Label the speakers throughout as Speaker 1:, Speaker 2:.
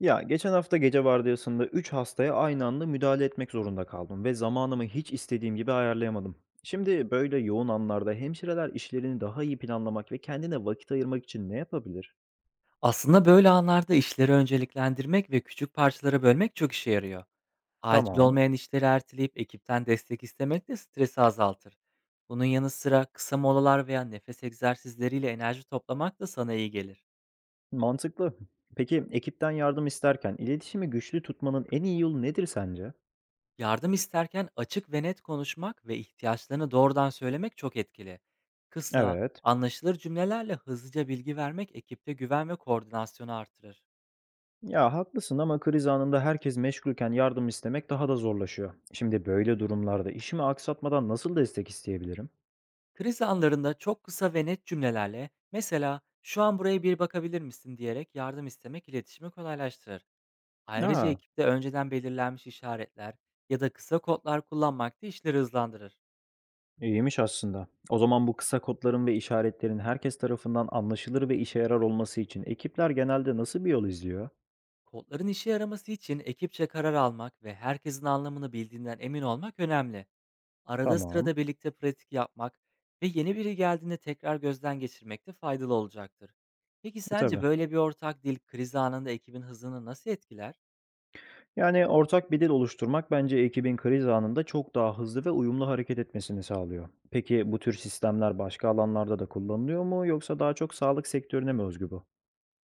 Speaker 1: Ya geçen hafta gece vardiyasında 3 hastaya aynı anda müdahale etmek zorunda kaldım ve zamanımı hiç istediğim gibi ayarlayamadım. Şimdi böyle yoğun anlarda hemşireler işlerini daha iyi planlamak ve kendine vakit ayırmak için ne yapabilir?
Speaker 2: Aslında böyle anlarda işleri önceliklendirmek ve küçük parçalara bölmek çok işe yarıyor. Acil
Speaker 1: Tamam,
Speaker 2: olmayan işleri erteleyip ekipten destek istemek de stresi azaltır. Bunun yanı sıra kısa molalar veya nefes egzersizleriyle enerji toplamak da sana iyi gelir.
Speaker 1: mantıklı. Peki ekipten yardım isterken iletişimi güçlü tutmanın en iyi yolu nedir sence?
Speaker 2: Yardım isterken açık ve net konuşmak ve ihtiyaçlarını doğrudan söylemek çok etkili. Kısa,
Speaker 1: Evet.
Speaker 2: anlaşılır cümlelerle hızlıca bilgi vermek ekipte güven ve koordinasyonu artırır.
Speaker 1: Ya haklısın ama kriz anında herkes meşgulken yardım istemek daha da zorlaşıyor. Şimdi böyle durumlarda işimi aksatmadan nasıl destek isteyebilirim?
Speaker 2: Kriz anlarında çok kısa ve net cümlelerle, mesela "Şu an buraya bir bakabilir misin?" diyerek yardım istemek iletişimi kolaylaştırır. Ayrıca
Speaker 1: Aa,
Speaker 2: ekipte önceden belirlenmiş işaretler ya da kısa kodlar kullanmak da işleri hızlandırır.
Speaker 1: İyiymiş aslında. O zaman bu kısa kodların ve işaretlerin herkes tarafından anlaşılır ve işe yarar olması için ekipler genelde nasıl bir yol izliyor?
Speaker 2: Kodların işe yaraması için ekipçe karar almak ve herkesin anlamını bildiğinden emin olmak önemli. Arada
Speaker 1: Tamam.
Speaker 2: sırada birlikte pratik yapmak ve yeni biri geldiğinde tekrar gözden geçirmek de faydalı olacaktır. Peki
Speaker 1: E
Speaker 2: sence
Speaker 1: tabii.
Speaker 2: böyle bir ortak dil kriz anında ekibin hızını nasıl etkiler?
Speaker 1: Yani ortak bir dil oluşturmak bence ekibin kriz anında çok daha hızlı ve uyumlu hareket etmesini sağlıyor. Peki bu tür sistemler başka alanlarda da kullanılıyor mu yoksa daha çok sağlık sektörüne mi özgü bu?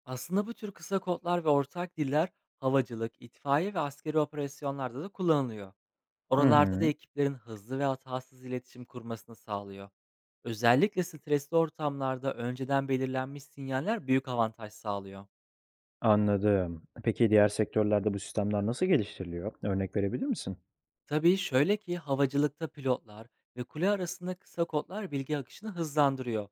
Speaker 2: Aslında bu tür kısa kodlar ve ortak diller havacılık, itfaiye ve askeri operasyonlarda da kullanılıyor.
Speaker 1: Hı
Speaker 2: Oralarda da
Speaker 1: hı.
Speaker 2: ekiplerin hızlı ve hatasız iletişim kurmasını sağlıyor. Özellikle stresli ortamlarda önceden belirlenmiş sinyaller büyük avantaj sağlıyor.
Speaker 1: Anladım. Peki diğer sektörlerde bu sistemler nasıl geliştiriliyor? Örnek verebilir misin?
Speaker 2: Tabii, şöyle ki, havacılıkta pilotlar ve kule arasında kısa kodlar bilgi akışını hızlandırıyor.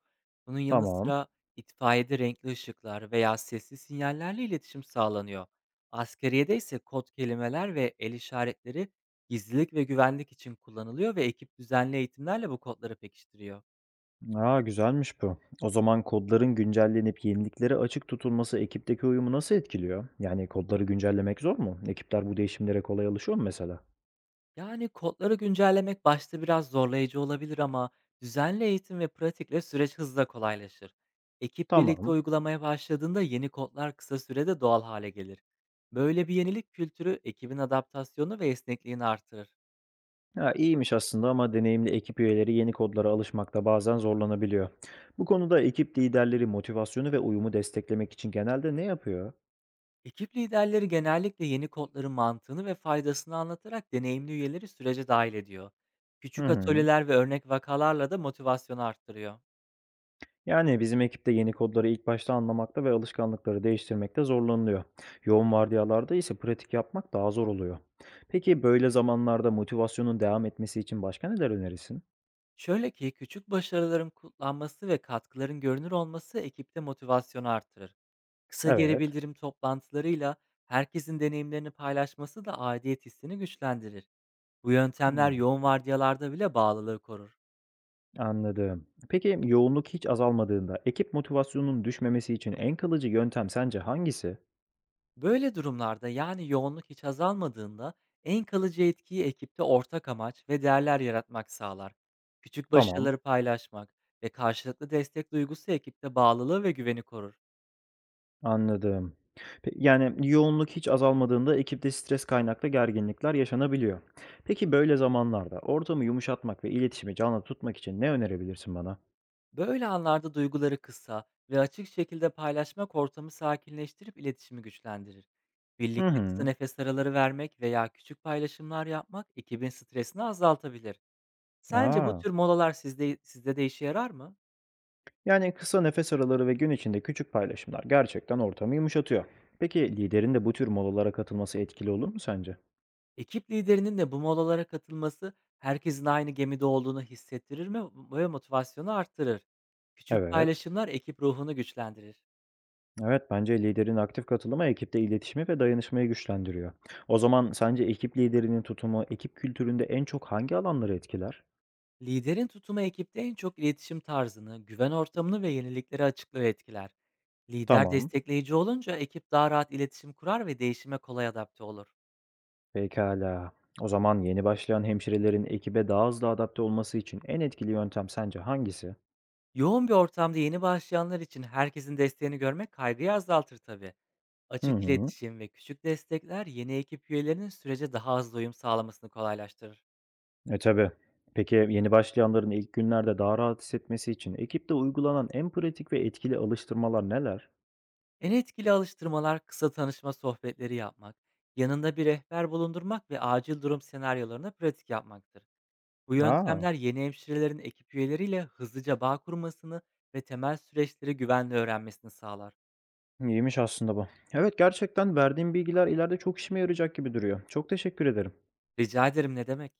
Speaker 2: Bunun yanı
Speaker 1: Tamam.
Speaker 2: sıra itfaiyede renkli ışıklar veya sesli sinyallerle iletişim sağlanıyor. Askeriyede ise kod kelimeler ve el işaretleri gizlilik ve güvenlik için kullanılıyor ve ekip düzenli eğitimlerle bu kodları pekiştiriyor.
Speaker 1: A, güzelmiş bu. O zaman kodların güncellenip yeniliklere açık tutulması ekipteki uyumu nasıl etkiliyor? Yani kodları güncellemek zor mu? Ekipler bu değişimlere kolay alışıyor mu mesela?
Speaker 2: Yani kodları güncellemek başta biraz zorlayıcı olabilir, ama düzenli eğitim ve pratikle süreç hızla kolaylaşır. Ekip birlikte
Speaker 1: Tamam.
Speaker 2: uygulamaya başladığında yeni kodlar kısa sürede doğal hale gelir. Böyle bir yenilik kültürü ekibin adaptasyonu ve esnekliğini artırır.
Speaker 1: Ha, iyiymiş aslında ama deneyimli ekip üyeleri yeni kodlara alışmakta bazen zorlanabiliyor. Bu konuda ekip liderleri motivasyonu ve uyumu desteklemek için genelde ne yapıyor?
Speaker 2: Ekip liderleri genellikle yeni kodların mantığını ve faydasını anlatarak deneyimli üyeleri sürece dahil ediyor.
Speaker 1: Hı
Speaker 2: Küçük
Speaker 1: hı.
Speaker 2: atölyeler ve örnek vakalarla da motivasyonu arttırıyor.
Speaker 1: Yani bizim ekipte yeni kodları ilk başta anlamakta ve alışkanlıkları değiştirmekte zorlanılıyor. Yoğun vardiyalarda ise pratik yapmak daha zor oluyor. Peki böyle zamanlarda motivasyonun devam etmesi için başka neler önerirsin?
Speaker 2: Şöyle ki, küçük başarıların kutlanması ve katkıların görünür olması ekipte motivasyonu artırır. Kısa geri
Speaker 1: Evet.
Speaker 2: bildirim toplantılarıyla herkesin deneyimlerini paylaşması da aidiyet hissini güçlendirir. Bu yöntemler
Speaker 1: Hmm,
Speaker 2: yoğun vardiyalarda bile bağlılığı korur.
Speaker 1: anladım. Peki yoğunluk hiç azalmadığında ekip motivasyonunun düşmemesi için en kalıcı yöntem sence hangisi?
Speaker 2: Böyle durumlarda, yani yoğunluk hiç azalmadığında, en kalıcı etkiyi ekipte ortak amaç ve değerler yaratmak sağlar. Küçük
Speaker 1: Tamam.
Speaker 2: başarıları paylaşmak ve karşılıklı destek duygusu ekipte bağlılığı ve güveni korur.
Speaker 1: Anladım. Pe yani yoğunluk hiç azalmadığında ekipte stres kaynaklı gerginlikler yaşanabiliyor. Peki böyle zamanlarda ortamı yumuşatmak ve iletişimi canlı tutmak için ne önerebilirsin bana?
Speaker 2: Böyle anlarda duyguları kısa ve açık şekilde paylaşmak ortamı sakinleştirip iletişimi güçlendirir.
Speaker 1: Hı
Speaker 2: Birlikte kısa
Speaker 1: hı.
Speaker 2: nefes araları vermek veya küçük paylaşımlar yapmak ekibin stresini azaltabilir. Sence bu
Speaker 1: Aa.
Speaker 2: tür molalar sizde de işe yarar mı?
Speaker 1: Yani kısa nefes araları ve gün içinde küçük paylaşımlar gerçekten ortamı yumuşatıyor. Peki liderin de bu tür molalara katılması etkili olur mu sence?
Speaker 2: Ekip liderinin de bu molalara katılması herkesin aynı gemide olduğunu hissettirir mi ve motivasyonu arttırır. Küçük
Speaker 1: Evet.
Speaker 2: paylaşımlar ekip ruhunu güçlendirir.
Speaker 1: Evet, bence liderin aktif katılımı ekipte iletişimi ve dayanışmayı güçlendiriyor. O zaman sence ekip liderinin tutumu ekip kültüründe en çok hangi alanları etkiler?
Speaker 2: Liderin tutumu ekipte en çok iletişim tarzını, güven ortamını ve yenilikleri açıklığı etkiler. Lider
Speaker 1: Tamam,
Speaker 2: destekleyici olunca ekip daha rahat iletişim kurar ve değişime kolay adapte olur.
Speaker 1: pekala. O zaman yeni başlayan hemşirelerin ekibe daha hızlı adapte olması için en etkili yöntem sence hangisi?
Speaker 2: Yoğun bir ortamda yeni başlayanlar için herkesin desteğini görmek kaygıyı azaltır tabii.
Speaker 1: Hı
Speaker 2: Açık
Speaker 1: hı.
Speaker 2: iletişim ve küçük destekler yeni ekip üyelerinin sürece daha hızlı uyum sağlamasını kolaylaştırır.
Speaker 1: E, tabii. Peki yeni başlayanların ilk günlerde daha rahat hissetmesi için ekipte uygulanan en pratik ve etkili alıştırmalar neler?
Speaker 2: En etkili alıştırmalar kısa tanışma sohbetleri yapmak, yanında bir rehber bulundurmak ve acil durum senaryolarına pratik yapmaktır. Bu
Speaker 1: A!
Speaker 2: yöntemler yeni hemşirelerin ekip üyeleriyle hızlıca bağ kurmasını ve temel süreçleri güvenle öğrenmesini sağlar.
Speaker 1: İyiymiş aslında bu. Evet, gerçekten verdiğim bilgiler ileride çok işime yarayacak gibi duruyor. Çok teşekkür ederim.
Speaker 2: Rica ederim, ne demek.